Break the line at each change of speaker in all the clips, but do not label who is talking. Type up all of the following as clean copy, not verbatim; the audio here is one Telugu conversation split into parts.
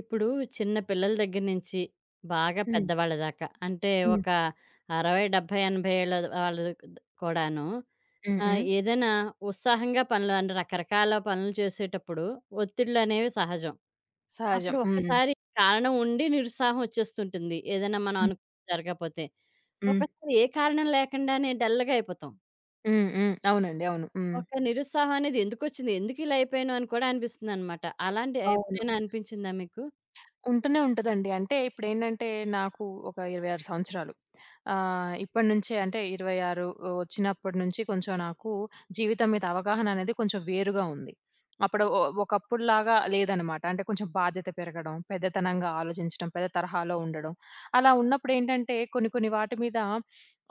ఇప్పుడు చిన్న పిల్లల దగ్గర నుంచి బాగా
హ్మ్.
పెద్దవాళ్ళ దాకా అంటే
హ్మ్.
ఒక 60, 70, 80 ఏళ్ళ వాళ్ళు కూడాను
హ్మ్.
ఆ,
హ్మ్.
ఏదైనా ఉత్సాహంగా పనులు అంటే రకరకాల పనులు చేసేటప్పుడు ఒత్తిళ్ళు అనేవి సహజం.
సహజం.
అప్పుడు
హ్మ్.
ఒక్కసారి కారణం ఉండి నిరుత్సాహం వచ్చేస్తుంటుంది, ఏదైనా మనం
హ్మ్.
అను జరగకపోతే
హ్మ్.
ఒకసారి ఏ కారణం లేకుండానే డల్గా అయిపోతాం.
హ్మ్. హ్మ్. అవునండి. అవును. హ్మ్.
ఒక నిరుత్సాహం అనేది ఎందుకు వచ్చింది, ఎందుకు ఇలా అయిపోయాను అని కూడా అనిపిస్తుంది అనమాట. అలాంటి
అవును.
ఎప్పుడైనా అనిపించిందా మీకు?
ఉంటూనే ఉంటదండి. అంటే ఇప్పుడేంటంటే నాకు ఒక 26 సంవత్సరాలు. ఇప్పటి నుంచే అంటే 26 వచ్చినప్పటి నుంచి కొంచెం నాకు జీవితం మీద అవగాహన అనేది కొంచెం వేరుగా ఉంది. అప్పుడు ఒకప్పుడులాగా లేదనమాట. అంటే కొంచెం బాధ్యత పెరగడం, పెద్దతనంగా ఆలోచించడం, పెద్ద తరహాలో ఉండడం. అలా ఉన్నప్పుడేంటంటే కొన్ని కొన్ని వాటి మీద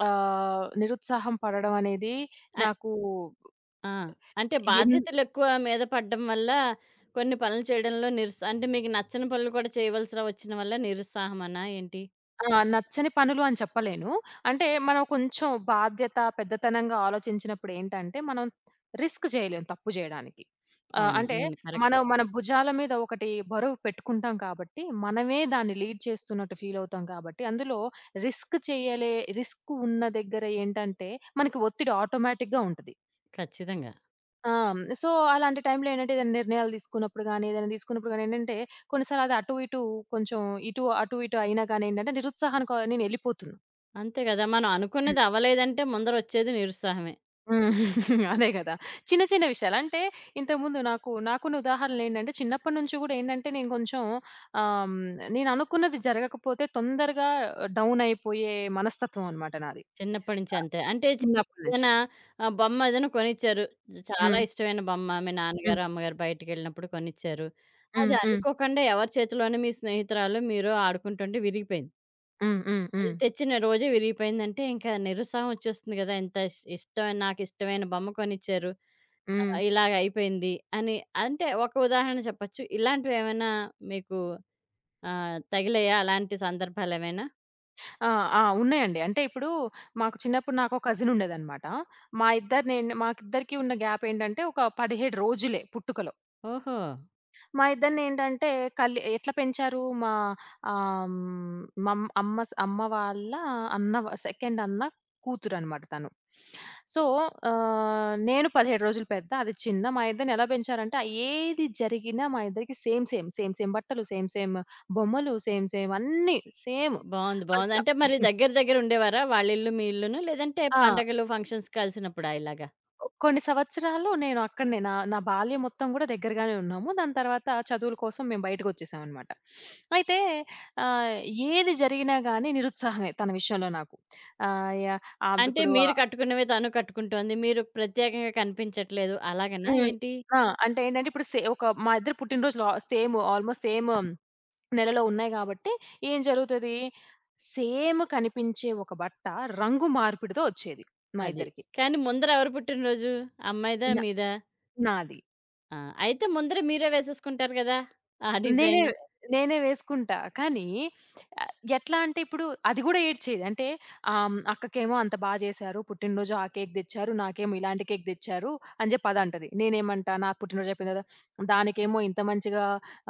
నిరుత్సాహం పడడం అనేది నాకు
ఆ! అంటే
ఎన్
బాధ్యతలెక్కువ మీద పడడం వల్ల కొన్ని పనులు చేయడంలో అంటే మీకు నచ్చని పనులు కూడా చేయవలసి వచ్చిన వల్ల నిరుత్సాహమనా ఏంటి?
ఆ! నచ్చని పనులు అని చెప్పలేను. అంటే మనం కొంచెం బాధ్యత, పెద్దతనంగా ఆలోచించినప్పుడు ఏంటంటే, మనం రిస్క్ చేయలేం తప్పు జేయడానికి.
అవును,
అంటే
అవును, కరెక్ట్.
మనం మన భుజాల మీద ఒకటి బరువు పెట్టుకుంటాం కాబట్టి, మనమే దాన్ని లీడ్ చేస్తున్నట్టు ఫీల్ అవుతాం కాబట్టి, అందులో రిస్క్ చేయలే రిస్క్ ఉన్న దగ్గర ఏంటంటే, మనకి ఒత్తిడి ఆటోమేటిక్‌గా ఉంటది.
ఖచ్చితంగా.
ఆ! సో, అలాంటి టైంలో ఏంటంటే, ఏదైనా నిర్ణయాలు తీసుకున్నప్పుడు గానీ, ఏదైనా తీసుకున్నప్పుడు గానీ ఏంటంటే, కొన్నిసార్లు అది అటు, ఇటు కొంచెం ఇటు, అటు, ఇటు అయినా గానీ ఏంటంటే, నిరుత్సాహానికి నేనెళ్ళిపోతున్నా.
అంతే గదా! మనం
హ్మ్.
అనుకున్నది అవ్వలేదంటే ముందరొచ్చేది నిరుత్సాహమే.
హ్మ్. అదే గదా! చిన్న, చిన్న విషయాలు. అంటే ఇంతకుముందు నాకున్న ఉదాహరణలేంటంటే, చిన్నప్పటి నుంచి గూడా ఏంటంటే, నేను కొంచెం ఆహ్, హ్మ్, నేననుకున్నది జరగకపోతే తొందరగా డౌన్ అయిపోయే మనస్తత్వం అనమాట నాది.
చిన్నప్పటి నుంచి
ఆహ్,
అంతే. అంటే
చిన్నప్పటి నుంచి.
ఏదైనా బొమ్మ ఏదైనా కొనిచ్చారు. చాలా
హ్మ్.
ఇష్టమైన బొమ్మ మీ
హ్మ్.
నాన్నగారు, అమ్మగారు బయటికెళ్ళినప్పుడు కొనిచ్చారు. అది
హ్మ్. హ్మ్.
అనుకోకుండా ఎవరి చేతిలోనో మీ స్నేహితురాలో, మీరో ఆడుకుంటుంటే విరిగిపోయింది.
హ్మ్. హ్మ్.
అది
హ్మ్.
తెచ్చిన రోజే విరిగిపోయిందంటే, ఇంకా నిరుత్సాహం వచ్చేస్తుంది గదా! ఇంత ఇష్టమైన నాకిష్టమైన బొమ్మ కొనిచ్చారు.
హ్మ్.
ఇలాగ అయిపోయింది అని. అంటే ఒక ఉదాహరణ చెప్పొచ్చు. ఇలాంటివేమైనా మీకు తగిలాయా? అలాంటి సందర్భాలేమైనా?
ఆ! ఆ! ఉన్నాయండి. అంటే ఇప్పుడు మాకు చిన్నప్పుడు నాకో కజిన్ ఉండేదనమాట. మా ఇద్దరిని ఏంటి మాకిద్దరికీ ఉన్న గ్యాప్ ఏంటంటే ఒక 17 రోజులే పుట్టుకలో.
ఓహో!
మా ఇద్దరిని ఏంటంటే ఎట్లా పెంచారు మా ఆహ్, హ్మ్, మమ్ అమ్మ స్ అమ్మ వాళ్ళ అన్న వ సెకండ్ అన్న కూతురనమాట తను. సో, నేను 17 రోజులు పెద్ద, అది చిన్న. మా ఇద్దరిని ఎలా పెంచారంటే ఏది జరిగినా మా ఇద్దరికి సేమ్, సేమ్, సేమ్, సేమ్ బట్టలు, సేమ్, సేమ్ బొమ్మలు, సేమ్, సేమ్ అన్నీ సేమ్.
బావుంది, బావుంది.
అట్లా.
అంటే మరి దగ్గర దగ్గర ఉండేవారా? వాళ్ళిల్లు, మీ ఇల్లును? లేదంటే
ఆ!
పండగలు, ఫంక్షన్స్ కలిసినప్పుడా ఇలాగా?
కొన్ని సంవత్సరాలు నేను అక్కడనే నా నా బాల్యం మొత్తం గూడా దగ్గరగానే ఉన్నాము. దాని తర్వాత చదువుల కోసం మేము బయటకొచ్చేసామనమాట. అయితే ఆహ్, ఏది జరిగినా గానీ నిరుత్సాహమే తన విషయంలో నాకు. ఆహ్, యాహ్! ఆహ్,
అంటే
ఇప్పుడు
మీరు
ఆహ్,
కట్టుకున్నవే తను కట్టుకుంటోంది. మీరు ప్రత్యేకంగా కనిపించట్లేదు అలాగనా
హ్మ్.
ఏంటి?
ఆ! అంటే ఏంటంటే ఇప్పుడు ఒక మా ఇద్దరి పుట్టినరోజులు ఆహ్, సేమ్ ఆల్మోస్ట్ సేమ్ నెలలో ఉన్నాయి గాబట్టి ఏం జరుగుతది? సేమ్ కనిపించే ఒక బట్ట రంగు మార్పిడితో ఒచ్చేది మా
అది.
ఇద్దరికి.
కానీ ముందర ఎవరు పుట్టినరోజు? అమ్మాయిదా?
నా
మీదా?
నాది.
ఆ! అయితే ముందర మీరే వేసేసుకుంటారు గదా ఆ
నేనే
డిజైన్.
నేనే వేసుకుంటా. కానీ ఎట్లా అంటే ఇప్పుడు అది గూడా ఏడ్చేది. అంటే అక్కకేమో అంత చేశారు. పుట్టినరోజు ఆ కేక్ తెచ్చారు. నాకేమో ఇలాంటి కేక్ తెచ్చారు అని జెప్పి అదంటది. నేనేమంటా నాకు పుట్టినరోజు అయిపోయింది గదా! దానికేమో ఇంత మంచిగా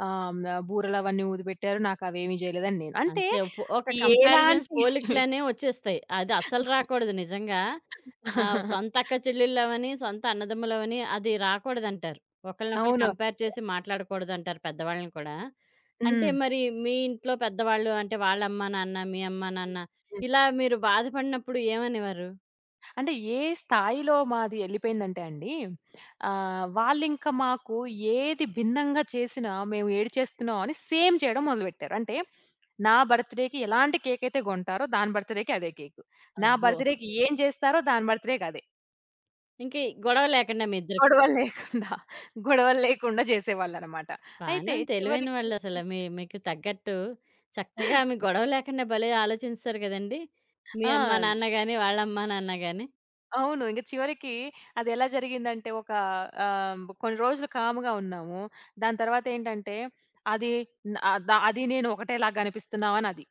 ఆహ్, హ్మ్, బూరలవన్నీ ఊదిపెట్టారు. నాకవేమీ జేయలేదని నేను. అంటే
అంతే ఒక కంపారిజన్స్
ఎలాంటి
పోలికలనేవి వచ్చేస్తాయి. అది అస్సలు రాకూడదు నిజంగా. సొంత అక్క చెల్లెళ్ళవని, సొంత అన్నదమ్ములవని అది రాకూడదంటారు. ఒకళ్ళనొకళ్ళు
అవును.
కంపేర్ చేసి మాట్లాడకూడదంటారు పెద్దవాళ్ళని కూడా. అంటే
హ్మ్.
మరి మీ ఇంట్లో పెద్దవాళ్ళు అంటే వాళ్ళ అమ్మా, నాన్న, మీ అమ్మా, నాన్న ఇలా మీరు బాధపడినప్పుడు ఏమనేవారు?
అంటే ఏ స్థాయిలో మాది ఎళ్ళిపోయిందంటే అండి, వాళ్ళింక మాకు ఏది భిన్నంగా చేసినా మేము ఏడిచేస్తున్నాం అని సేమ్ చేయడం మొదలుపెట్టారు. అంటే నా బర్త్‌డేకి ఎలాంటి కేకయితే కొంటారో దాని బర్త్‌డేకి అదే కేకు. నా
అబ్బో!
బర్త్‌డేకి ఏం చేస్తారో దాని బర్త్‌డేకి అదే.
ఇంక గొడవ లేకుండా మీ ఇద్దరికి.
గొడవలు లేకుండా, గొడవలు లేకుండా చేసేవాళ్ళనమాట.
బానే
అయితే
తెలివైన
చివరికి
వాళ్ళసల. మీకు తగ్గట్టు చక్కగా మీ గొడవ లేకుండా భలే ఆలోచింస్తారు గదండీ! మీ అమ్మా,
ఆ!
నాన్న గాని, వాళ్ళ అమ్మా, నాన్న గాని.
అవును. ఇంక చివరికి అదెలా జరిగిందంటే కొన్ని రోజులు కామ్‌గా ఉన్నాము. దాని తర్వాతేంటంటే అది న ఆహ్, ద అది నేను ఒకటేలాగా అనిపిస్తున్నామనది.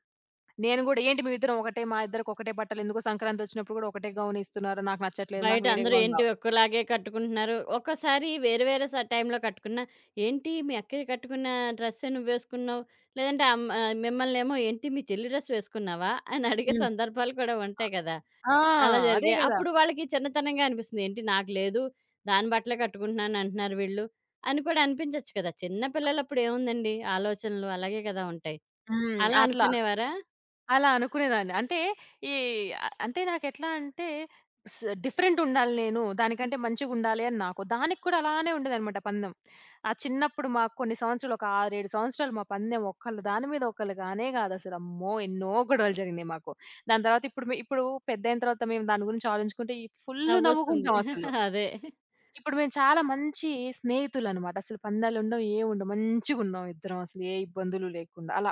నేను గూడా ఏంటి మేమిద్దరం ఒకటే మా ఇద్దరికి ఒకటే బట్టలెందుకు సంక్రాంతొచ్చినప్పుడు గూడా ఒకటే గౌనేస్తున్నారు. నాకు నచ్చట్లేదు.
బయట
నాకు వేరే
అందరూ
గౌను
ఏంటి
గావాలి.
ఒక్కలాగే కట్టుకుంటున్నారు. ఒక్కోసారి వేరు వేరే టైంలో కట్టుకున్నా, "ఏంటి మీ అక్కయ్య కట్టుకున్న డ్రెస్సే నువ్వేసుకున్నావు?" లేదంటే మిమ్మల్నేమో "ఏంటి మీ చెల్లి డ్రెస్ వేసుకున్నావా?" అని అడిగే
హ్మ్.
సందర్భాలు కూడా ఉంటాయి గదా!
ఆ!
అలా
అదే
జరిగాయి.
గదా!
అప్పుడు వాళ్ళకి చిన్నతనంగా అనిపిస్తుంది. ఏంటి నాకు లేదు, దాని బట్టలే కట్టుకుంటున్నాను అంటున్నారు వీళ్ళు అని కూడా అనిపించొచ్చు కదా! చిన్న పిల్లలప్పుడు ఏముందండి, ఆలోచనలు అలాగే కదా ఉంటాయి.
హ్మ్.
అలా
అట్లా.
అనుకునేవారా?
అలా అనుకునేదాన్ని. అంటే ఈ అంటే నాకెట్లా అంటే డిఫరెంట్ ఉండాలి నేను. దానికంటే మంచిగుండాలి అని నాకు. దానికి కూడా అలానే ఉండేదనమాట పందెం. ఆ చిన్నప్పుడు మాకు కొన్ని సంవత్సరాలు ఒక 6, 7 సంవత్సరాలు మా పందెం ఒకళ్ళు దాని మీద ఒకళ్ళు కానే కాదసలు. అమ్మో! ఎన్నో గొడవలు జరిగినాయి మాకు. దాని తర్వాత ఇప్పుడు మే ఇప్పుడు పెద్దయిన తర్వాత మేము దాని గురించి ఆలోచించుకుంటే ఈ ఫుల్లు
నవ్వొస్తుంది.
నవ్వుకుంటాం అసలు.
అదే.
ఇప్పుడు మేము చాలా మంచి స్నేహితులనమాట. అసలు పందాలుండవు, ఏవుండవు. మంచిగున్నాం ఇద్దరం అసలు ఏ ఇబ్బందులు లేకుండా. అలా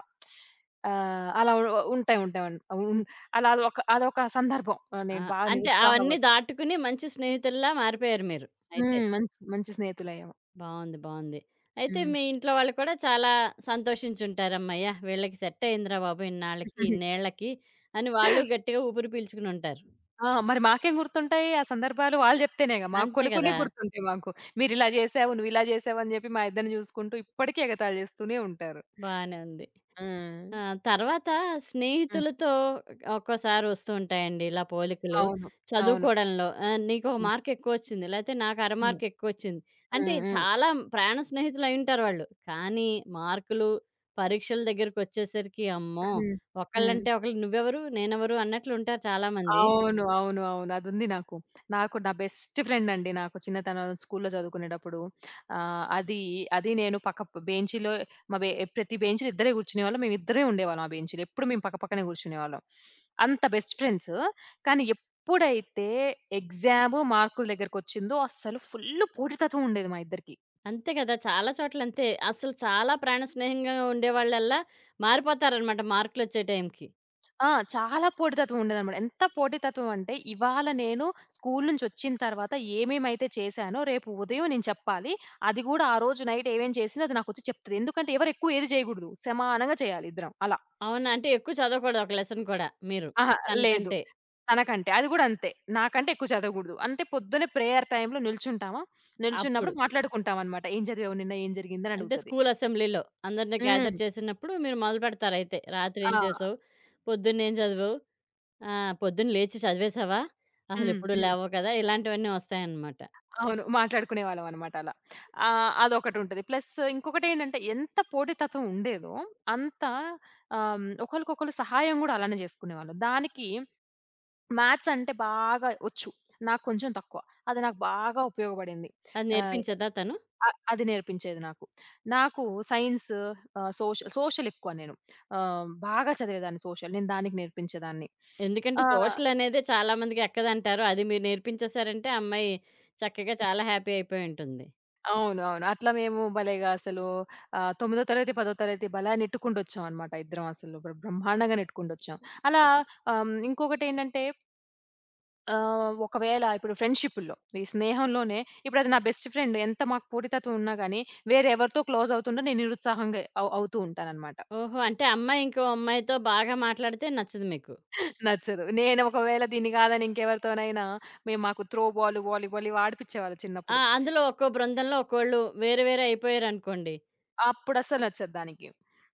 ఆహ్, అలా ఉ ఉంటాయి, ఉంటాయి. అన్- ఉన్ అలా అదొక అదొక సందర్భం.
ఆ!
నేను బాగా
అంటే అవన్నీ
నిరుత్సాహపడ్డా.
దాటుకుని మంచి స్నేహితుల్లా మారిపోయారు మీరు అయితే.
హ్మ్. మంచి మంచి స్నేహితులయ్యాము.
బావుంది, బావుంది. అయితే
హ్మ్.
మీ ఇంట్లో వాళ్ళు కూడా చాలా సంతోషించుంటారు. హమ్మయ్య! వీళ్ళకి సెట్ అయిందిరా బాబు ఇన్నాళ్ళకి, ఇన్నేళ్ళకి అని వాళ్ళు గట్టిగా ఊపిరి పీల్చుకుని ఉంటారు.
ఆ! మరి మాకేం గుర్తుంటాయి ఆ సందర్భాలు వాళ్ళు జెప్తేనేగా మాకు.
అంతే
కొన్ని కొన్ని
కదా!
గుర్తుంటాయి మాకు. "మీరిలా జేసావు, నువ్విలా జేసావు" అని జెప్పి మా ఇద్దరిని జూసుకుంటూ ఇప్పటికీ ఎగతాళి జేస్తూనే ఉంటారు.
బానే ఉంది.
హ్మ్.
ఆ! తర్వాత
హ్మ్.
స్నేహితులతో ఒక్కోసారి వస్తూ ఉంటాయండి ఇలా పోలికలు.
అవును. అవును.
చదువుకోవడంలో "నీకొక
హ్మ్.
మార్క్ ఎక్కువొచ్చింది. లేతే నాకు అర
హ్మ్.
మార్క్ ఎక్కువొచ్చింది." అంటే
హ్మ్. హ్మ్.
చాలా ప్రాణ స్నేహితులయ్యుంటారు వాళ్ళు. కానీ మార్కులు, పరీక్షల దగ్గరికొచ్చేసరికి అమ్మో!
హ్మ్. హ్మ్.
ఒకళ్ళంటే ఒకళ్ళు "నువ్వెవరు? నేనెవరు?" అన్నట్లుంటారు చాలామంది.
అవును. అవును. అవును. అదుంది నాకు. నా బెస్ట్ ఫ్రెండ్ అండి నాకు చిన్నతనంలో స్కూల్‌లో చదువుకునేటప్పుడు. ఆహ్, అది అది నేను పక్క బెంచీలో మా బె ప్రతి బెంచ్‌లో ఇద్దరే కూర్చునేవాళ్ళం. మేమిద్దరే ఉండేవాళ్ళం ఆ బెంచీలో. ఎప్పుడు మేము పక్క పక్కనే కూర్చునేవాళ్ళం. అంత బెస్ట్ ఫ్రెండ్స్. కానీ ఎప్పుడైతే ఎగ్జాము, మార్కుల దగ్గరకొచ్చిందో అస్సలు ఫుల్లు పోటీతత్వం ఉండేది మా ఇద్దరికీ.
అంతే కదా! చాలా చోట్లంతే. అసలు చాలా ప్రాణ స్నేహంగా ఉండేవాళ్ళల్లా మారిపోతారనమాట మార్కులొచ్చే టైంకి.
ఆ! చాలా పోటీతత్వం ఉండేదనమాట. ఎంత పోటీతత్వం అంటే, ఇవాళ నేను స్కూలు నుంచొచ్చిన తర్వాత ఏమేమైతే చేశానో, రేపు ఉదయం నేను చెప్పాలి. అది గూడా ఆ రోజు నైట్ ఏమేం చేసిందో అది నాకొచ్చి చెప్తది. ఎందుకంటే, ఎవరెక్కువ ఏది చేయగూడదు. సమానంగా చేయాలి ఇద్దరం అలా.
అవునా? అంటే ఎక్కువ చదవకూడదు ఒక లెసన్ కూడా మీరు
అహా! లేదు.
తనకంటే.
తనకంటే. అది గూడా అంతే. నాకంటే ఎక్కువ చదవగూడదు. అంటే, పొద్దున్నే ప్రేయర్ టైమ్‌లో నిల్చుంటామా,
అప్పుడు.
నిల్చున్నప్పుడు మాట్లాడుకుంటామనమాట. ఏం చదివావు నిన్న? ఏం జరిగిందని
అంటే
అడుగుతది.
స్కూలు అసెంబ్లీలో అందరిని గ్యాదర్
హ్మ్.
చేసినప్పుడు మీరు మొదలుపెడతారయితే. రాత్రి ఏం
ఆ!
చేసావు? పొద్దున్నేం చదివావు? పొద్దున్న లేచి చదివేశావా?
హ్మ్.
అసలెప్పుడు
హ్మ్.
లేవవు కదా! ఇలాంటివన్నీ వస్తాయన్నమాట.
అవును. మాట్లాడుకునేవాళ్ళం అనమాట అలా. అదొకటుంటది. ప్లస్ ఇంకొకటేంటంటే ఎంత పోటీతత్వం ఉండేదో అంత ఒకళ్ళకొకళ్ళు సహాయం గూడా అలానే జేసుకునేవాళ్ళం. దానికి మ్యాథ్స్ అంటే బాగా ఒచ్చు. నాకు కొంచెం తక్కువ. అది నాకు బాగా ఉపయోగపడింది.
అది
ఆహ్,
నేర్పించేదా తను?
అ అది నేర్పించేది నాకు. నాకు సైన్స్ ఆహ్, సోషల్ సోషల్ ఎక్కువ నేను. బాగా చదివేదాన్ని సోషల్. నేను దానికి నేర్పించేదాన్ని.
ఎందుకంటే
ఆ!
సోషల్ అనేది చాలా మందికి ఎక్కదంటారు. అది మీరు నేర్పించేసారంటే ఆ అమ్మాయి చక్కగా చాలా హ్యాపీ అయిపోయుంటుంది.
అవును. అవును. అట్లా మేము భలేగా అసలు 9 తరగతి, 10 తరగతి భలా నెట్టుకుంటొచ్చామనమాట ఇద్దరం అసలు. బ్రహ్మాండంగా నెట్టుకుంటొచ్చాం. అలా ఇంకొకటేంటంటే ఒకవేళ ఇప్పుడు ఫ్రెండ్‌షిప్పుల్లో, ఈ స్నేహంలోనే ఇప్పుడది నా బెస్ట్ ఫ్రెండ్ ఎంత మాకు పోటీతత్వం ఉన్నా గానీ, వేరే ఎవరితో క్లోజ్ అవుతుంటే నేను నిరుత్సాహంగా అవుతూ ఉంటాననమాట.
ఓహో! అంటే అమ్మాయి ఇంకో అమ్మాయితో బాగా మాట్లాడితే నచ్చదు మీకు.
నచ్చదు. నేను ఒకవేళ దీన్ని కాదని ఇంకెవరితోనైనా మాకు త్రో బాల్, వాలీబాల్ ఇవి ఆడిపిచ్చేవాళ్ళు
ఆ!
చిన్నప్పుడు.
అందులో ఒక్కో బృందంలో ఒక్కోళ్ళు వేరు వేరు అయిపోయారనుకోండి.
అప్పుడస్సలు నచ్చదు దానికి.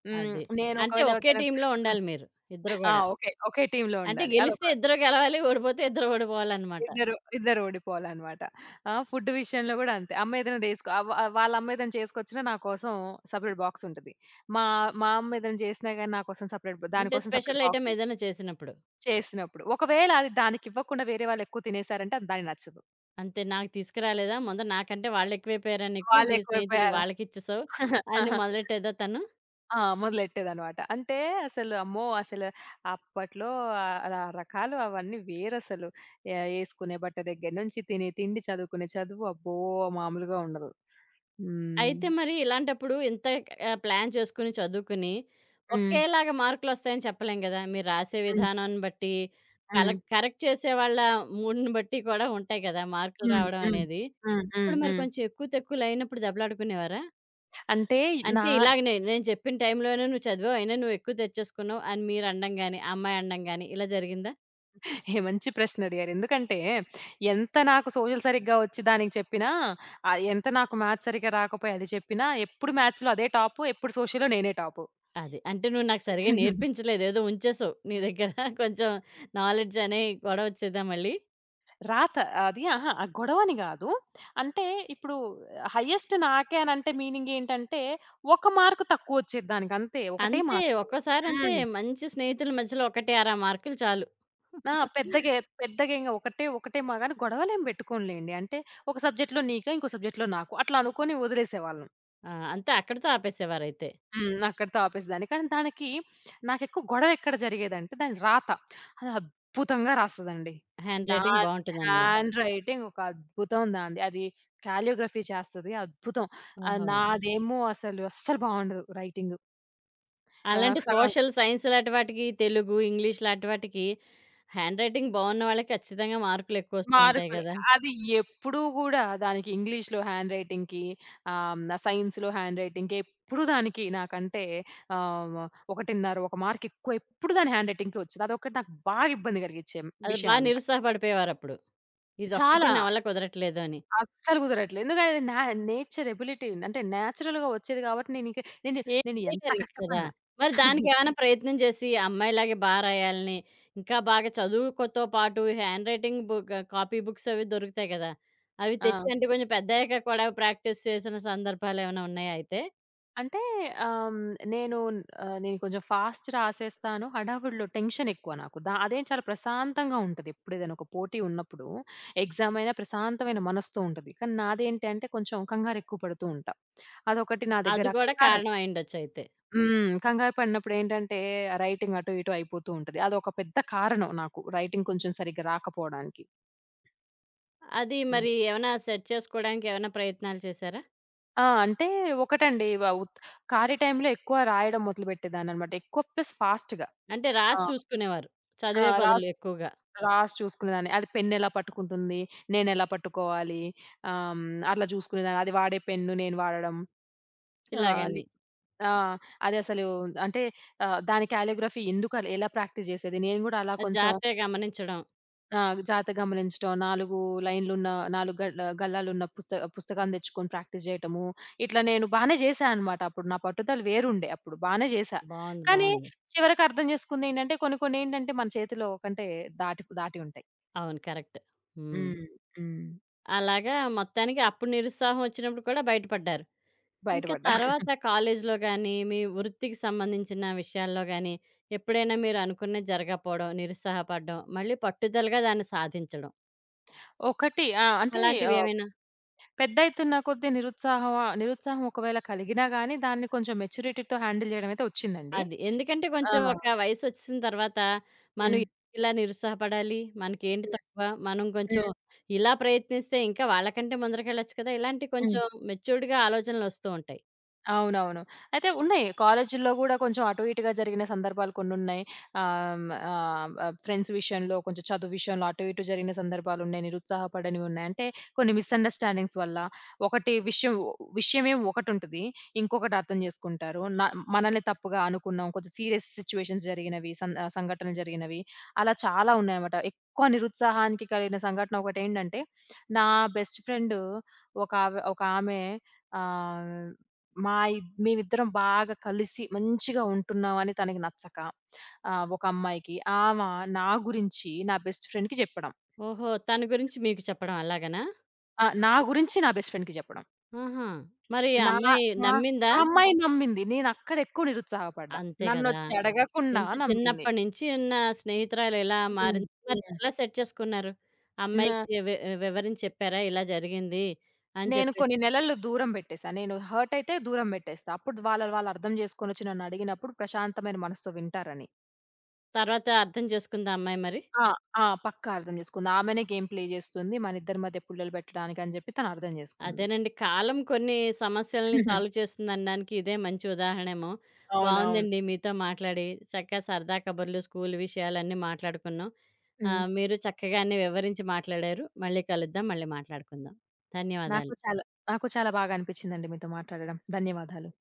హ్మ్.
అది.
నేను
అంటే
ఒకవేళ
ఒకే
ఎవరితోనైనా
టీమ్‌లో ఉండాలి మీరు ఇద్దరు
ఆ!
గూడా.
ఓకే. ఒకే టీమ్‌లో
అంటే
ఉండాలి.
గెలిస్తే
అదొక
ఇద్దరు గెలవాలి. ఓడిపోతే ఇద్దరు ఓడిపోవాలనమాట.
ఇద్దరు, ఇద్దరు ఓడిపోవాలనమాట. ఆ! ఫుడ్ విషయంలో గూడా అంతే. అమ్మ ఏదైనా దేసుకో ఆహ్, వ వాళ్ళ అమ్మ ఏదైనా చేసుకొచ్చినా నా కోసం సెపరేట్ బాక్స్ ఉంటది. మా మా అమ్మ ఏదైనా చేసినా గాని నా కోసం సెపరేట్ బ దాని
అంటే
కోసం
స్పెషల్
సెపరేట్ బాక్స్
ఐటెమ్ ఏదైనా చేసినప్పుడు.
చేసినప్పుడు. ఒకవేళ అది దానికివ్వకుండా వేరే వాళ్ళు ఎక్కువ తినేసారంటే అది దానికి నచ్చదు.
అంతే, నాకు తీసుకురాలేదా? ముందు నాకంటే వాళ్ళెక్కువైపోయారా నీకు?
వాళ్ళు
నీ స్నేహితులు
ఎక్కువైపోయారా?
వాళ్ళకిచ్చేసావు అని మొదలెట్టేదా తను?
ఆ! మొదలెట్టేదనమాట. అంటే అసలు అమ్మో! అసలు అప్పట్లో ఆహ్, ర రకాలు అవన్నీ వేరసలు. యేసుకునే బట్ట దగ్గర నుంచి, తినే తిండి, చదువుకునే చదువు అబ్బో! మామూలుగా ఉండదు. హ్మ్.
అయితే మరి ఇలాంటప్పుడు ఇంత ప్లాన్ చేసుకొని, చదువుకుని
హ్మ్.
ఒకేలాగా మార్కులొస్తాయని చెప్పలేం గదా! మీరు రాసే
హ్మ్.
విధానాన్ని బట్టి,
హ్మ్.
కరెక్ట్ చేసేవాళ్ళ మూడ్‌ని బట్టి కూడా ఉంటాయి గదా మార్కులు
హ్మ్.
రావడం
హ్మ్.
అనేది.
హ్మ్. హ్మ్.
అప్పుడు మరి
హ్మ్.
కొంచెం ఎక్కువ, తక్కువలు అయినప్పుడు దెబ్బలాడుకునేవారా?
అంటే
అంటే
నా
ఇలాగనే నేను నేను చెప్పిన టైంలోనే నువ్వు చదివావు. అయినా నువ్వు ఎక్కువ తెచ్చేసుకున్నావు అని మీరు అనడం గాని, ఆ అమ్మాయి అనడం గాని ఇలా జరిగిందా?
మంచి ప్రశ్న అడిగారు. ఎందుకంటే ఎంత నాకు సోషల్ సరిగ్గా వచ్చి దానికి చెప్పినా, ఎంత నాకు మ్యాథ్స్ సరిగ్గా రాకపోయి అది చెప్పినా ఎప్పుడు మ్యాథ్స్‌లో అదే టాపు, ఎప్పుడు సోషల్‌లో నేనే టాపు.
అది. అంటే నువ్వు నాకు సరిగ్గా నేర్పించలేదు. ఏదో ఉంచేసావు నీ దగ్గర కొంచెం నాలెడ్జ్ అనే గొడవ వచ్చేదా మళ్ళీ?
రాత. అది అహా! ఆ గొడవని గాదు. అంటే ఇప్పుడు హైయెస్ట్ నాకే అనంటే మీనింగ్ ఏంటంటే, ఒక మార్క్ తక్కువొచ్చేది దానికంతే. ఒకటే
అంతే,
మార్కు.
ఒక్కోసారి అంతే,
హ్మ్.
మంచి స్నేహితుల మధ్యలో 1, 6 మార్కులు చాలు.
ఆ! పెద్దగేంగా ఒకటే, ఒకటే మా గాని గొడవలేం బెట్టుకోనులేండి. అంటే ఒక సబ్జెక్ట్‌లో నీకా, ఇంకో సబ్జెక్ట్‌లో నాకు అట్లా అనుకోని వదిలేసేవాళ్ళం.
ఆ! అంతే అక్కడితో ఆపేసేవారైతే.
హ్మ్. అక్కడితో ఆపేసేదాన్ని. కానీ దానికి నాకెక్కువ గొడవెక్కడ జరిగేదంటే దాని రాత. అది అద్భుతంగా రాస్తదండి.
హ్యాండ్ రైటింగ్
దాని
బావుంటుందనమాట.
హ్యాండ్ రైటింగ్ ఒక అద్భుతం దానిది. అది కాలియోగ్రఫీ చేస్తది అద్భుతం.
ఓహో!
నాదేమో అసలు అస్సలు బావుండదు రైటింగు. ఆహ్,
అలాంటి
సగం
సోషల్ సైన్స్ లాంటి వాటికి, తెలుగు, ఇంగ్లీష్ లాంటి వాటికి హ్యాండ్ రైటింగ్ బావున్న వాళ్ళకి ఖచ్చితంగా మార్కులు ఎక్కువ వస్తూ ఉంటాయి
మార్కులే.
గదా!
అది ఎప్పుడూ గూడా దానికి ఇంగ్లీష్‌లో హ్యాండ్ రైటింగ్‌కి సైన్స్‌లో హ్యాండ్ రైటింగ్‌కి ఎప్పుడు దానికి నాకంటే ఆహ్, 1.5 ఒక మార్క్ ఎక్కువ ఎప్పుడు దాని హ్యాండ్ రైటింగ్‌కే వచ్చేది. అదొక్కటి నాకు బాగా ఇబ్బంది కలిగించే
అది
విషయం
బా
అన్నమాట.
నిరుత్సాహపడిపోయేవారప్పుడు. ఇదొక్కటి
చాలా.
నా వల్ల కుదరట్లేదు అని.
అస్సలు కుదరట్లేదు. ఎందుకంటే నా నేచర్ ఎబిలిటీ అంటే నేచురల్‌గా వచ్చేది కాబట్టి నేనిక నేను
ఏం
నేను ఎంత
చేయలేరింక కదా!
కష్టపడినా
మరి దానికేమైనా ప్రయత్నం చేసి అమ్మాయిలాగే బా రాయాలని, ఇంకా బాగా చదువుకోతో పాటు handwriting book copy books అవి దొరుకుతాయి కదా! అవి
ఆ!
తెచ్చి అంటే కొంచెం పెద్దయ్యాక కూడా ప్రాక్టీస్ చేసిన సందర్భాలేమైనా ఉన్నాయా అయితే?
అంటే ఆహ్, నేను నేను కొంచెం ఫాస్ట్ రాసేస్తాను. హడావుడిలో టెన్షన్ ఎక్కువ నాకు. అదేం చాలా ప్రశాంతంగా ఉంటది. ఎప్పుడేదైనా ఒక పోటీ ఉన్నప్పుడు ఎగ్జామ్ అయినా ప్రశాంతమైన మనసుతో ఉంటది. కానీ నాదేంటి అంటే కొంచెం కంగారు ఎక్కువ పడుతూ ఉంటా. అదొకటి నా దగ్గర
అది కూడా
కంగారు
కారణం అయ్యుండొచ్చయితే.
హ్మ్. కంగారు పడినప్పుడు ఏంటంటే రైటింగ్ అటు ఇటు అయిపోతూ ఉంటది. అదొక పెద్ద కారణం నాకు రైటింగ్ కొంచెం సరిగ్గా రాకపోవడానికి.
అది
ఉమ్.
మరి ఏమైనా సెట్ చేసుకోవడానికి ఏమైనా ప్రయత్నాలు చేశారా?
ఆ! అంటే ఒకటండి వ ఉత్ ఖాళీ టైమ్‌లో ఎక్కువ రాయడం మొదలుపెట్టేదాన్ననమాట. ఎక్కువ ప్లస్ ఫాస్ట్‌గా.
అంటే
ఆ!
రాసి చూసుకునేవారు.
ఆ!
చదివే
రా
బదులు ఎక్కువగా
రాసి చూసుకునేదాన్ని. అది పెన్నెలా పట్టుకుంటుంది, నేనెలా పట్టుకోవాలి, ఆహ్, హ్మ్, అట్లా చూసుకునేదాన్ని. అది వాడే పెన్ను నేను వాడడం. ఆహ్, లి
ఇలాగని.
ఆ! అది అసలు అంటే దాని కాలిగ్రఫీ ఎందుకు అలా ఎలా ప్రాక్టీస్ చేసేది. నేను గూడా అలా
అది
కొంచెం
జాగ్రత్తగా గమనించడం.
ఆ! జాగ్రత్త గమనించడం, 4 లైన్‌లున్న 4 గల్లాలున్న పుస్తకాన్ని తెచ్చుకొని ప్రాక్టీస్ చేయటము. ఇట్లా నేను బానే చేశా అనమాట. అప్పుడు నా పట్టుదల వేరుండే అప్పుడు బానే చేశా.
బావుంది,
కానీ
బావుంది.
చివరికి అర్థం చేసుకుందేంటంటే కొన్ని కొన్ని ఏంటంటే మన చేతిలో కంటే దాటి దాటి ఉంటాయి.
అవును, కరెక్ట్. హ్మ్.
హ్మ్. హ్మ్.
అలాగా మొత్తానికి అప్పుడు నిరుత్సాహం వచ్చినప్పుడు కూడా బయటపడ్డారు. ఇంకా
బయటపడ్డా.
తర్వాత కాలేజీలో గానీ, మీ వృత్తికి సంబంధించిన విషయాల్లో గానీ, ఎప్పుడైనా మీరు అనుకున్నది జరగకపోవడం, నిరుత్సాహపడడం, మళ్ళీ పట్టుదలగా దాన్ని సాధించడం
ఒకటి ఆ! అంటే ఆహ్,
అలాంటివేమైనా?
పెద్దయితున్న కొద్దీ నిరుత్సాహం నిరుత్సాహం ఒకవేళ కలిగినా గాని దాన్ని కొంచెం మెచ్యూరిటీతో హ్యాండిల్ జేయడం అయితే ఒచ్చిందండి.
అది. ఎందుకంటే
ఆ!
కొంచెం ఒక వయసొచ్చేసిన తర్వాత మనం
హ్మ్.
ఇలా నిరుత్సాహపడాలి, మనకేంటి
హ్మ్.
తక్కువ, మనం కొంచెం
హ్మ్.
ఇలా ప్రయత్నిస్తే ఇంకా వాళ్ళకంటే ముందరకెళ్ళొచ్చు కదా! ఇలాంటి
హ్మ్.
కొంచెం మెచ్యూర్డ్‌గా ఆలోచనలొస్తూ ఉంటాయి.
అవునవును. అయితే ఉన్నాయి. కాలేజీల్లో గూడా కొంచెం అటు ఇటుగా జరిగిన సందర్భాలు కొన్నున్నాయి. ఆహ్, హ్మ్. ఆహ్, ఆహ్, ఫ్రెండ్స్ విషయంలో, కొంచెం చదువు విషయంలో అటు ఇటు జరిగిన సందర్భాలున్నాయి. నిరుత్సాహపడనివి ఉన్నాయి. అంటే కొన్ని మిస్‌అండర్‌స్టాండింగ్స్ వల్ల ఒకటి విషయం విషయమేమో ఒకటుంటది. ఇంకొకటి అర్థం జేసుకుంటారు. మనల్ని తప్పుగా అనుకున్నాం. కొంచెం సీరియస్ సిట్యుయేషన్స్ జరిగినవి, సంఘటనలు జరిగినవి అలా చాలా ఉన్నాయన్నమాట. ఎక్కువ నిరుత్సాహానికి కలిగిన సంఘటన ఒకటేంటంటే, నా బెస్ట్ ఫ్రెండ్ ఒకామె ఒకామె ఆహ్ మా ఇద్ మేమిద్దరం బాగా కలిసి మంచిగా ఉంటున్నాం అని తనకి నచ్చక ఒక అమ్మాయికి ఆమ నా గురించి నా బెస్ట్ ఫ్రెండ్‌కి చెప్పడం.
ఓహో! తన గురించి మీకు చెప్పడం అలాగనా?
ఆ! నా గురించి నా బెస్ట్ ఫ్రెండ్‌కి చెప్పడం.
ఆహా! మరి ఈ
నా
అమ్మాయి
నా
నమ్మిందా?
ఆ అమ్మాయి నమ్మింది. నేనక్కడ ఎక్కువ నిరుత్సాహపడ్డా.
అంతే కదా!
నన్నొచ్చి అడగకుండా
ఎంత
నమ్మింది.
చిన్నప్పటి నుంచి ఉన్న స్నేహితురాలు ఇలా
హ్మ్.
మారింది. మరి
హ్మ్.
ఎలా సెట్ చేసుకున్నారు?
నా
అమ్మాయికి వివరించి చెప్పారా? ఇలా జరిగింది అని
నేను
చెప్పేసి.
కొన్ని నెలలు దూరం పెట్టేసా. నేను హర్ట్ అయితే దూరం పెట్టేస్తా. అప్పుడు వాళ్ళు వాళ్ళు అర్థం చేసుకొనొచ్చి నన్ను అడిగినప్పుడు ప్రశాంతమైన మనసుతో వింటారని.
తర్వాత అర్థం చేసుకుందా అమ్మాయి మరి?
ఆ! ఆ! పక్కా అర్థం చేసుకుంది. ఆమెనే గేమ్ ప్లే జేస్తుంది. మనిద్దరి మధ్య పుల్లలు పెట్టడానికి అని జెప్పి తను అర్థం జేసుకుంది.
అదేనండి. కాలం కొన్ని సమస్యల్ని సాల్వ్ చేస్తుందనడానికి ఇదే మంచి ఉదాహరణేమో.
అవునవును.
బావుందండి మీతో మాట్లాడి. చక్కగా సరదా కబుర్లు, స్కూలు విషయాలన్నీ మాట్లాడుకున్నాం.
హ్మ్.
మీరు చక్కగా అన్నీ వివరించి మాట్లాడారు. మళ్ళీ కలుద్దాం. మళ్ళీ మాట్లాడుకుందాం.
నాకు
ధన్యవాదాలు.
చాలా నాకు చాలా బాగా అనిపిచ్చిందండి మీతో మాట్లాడడం. ధన్యవాదాలు.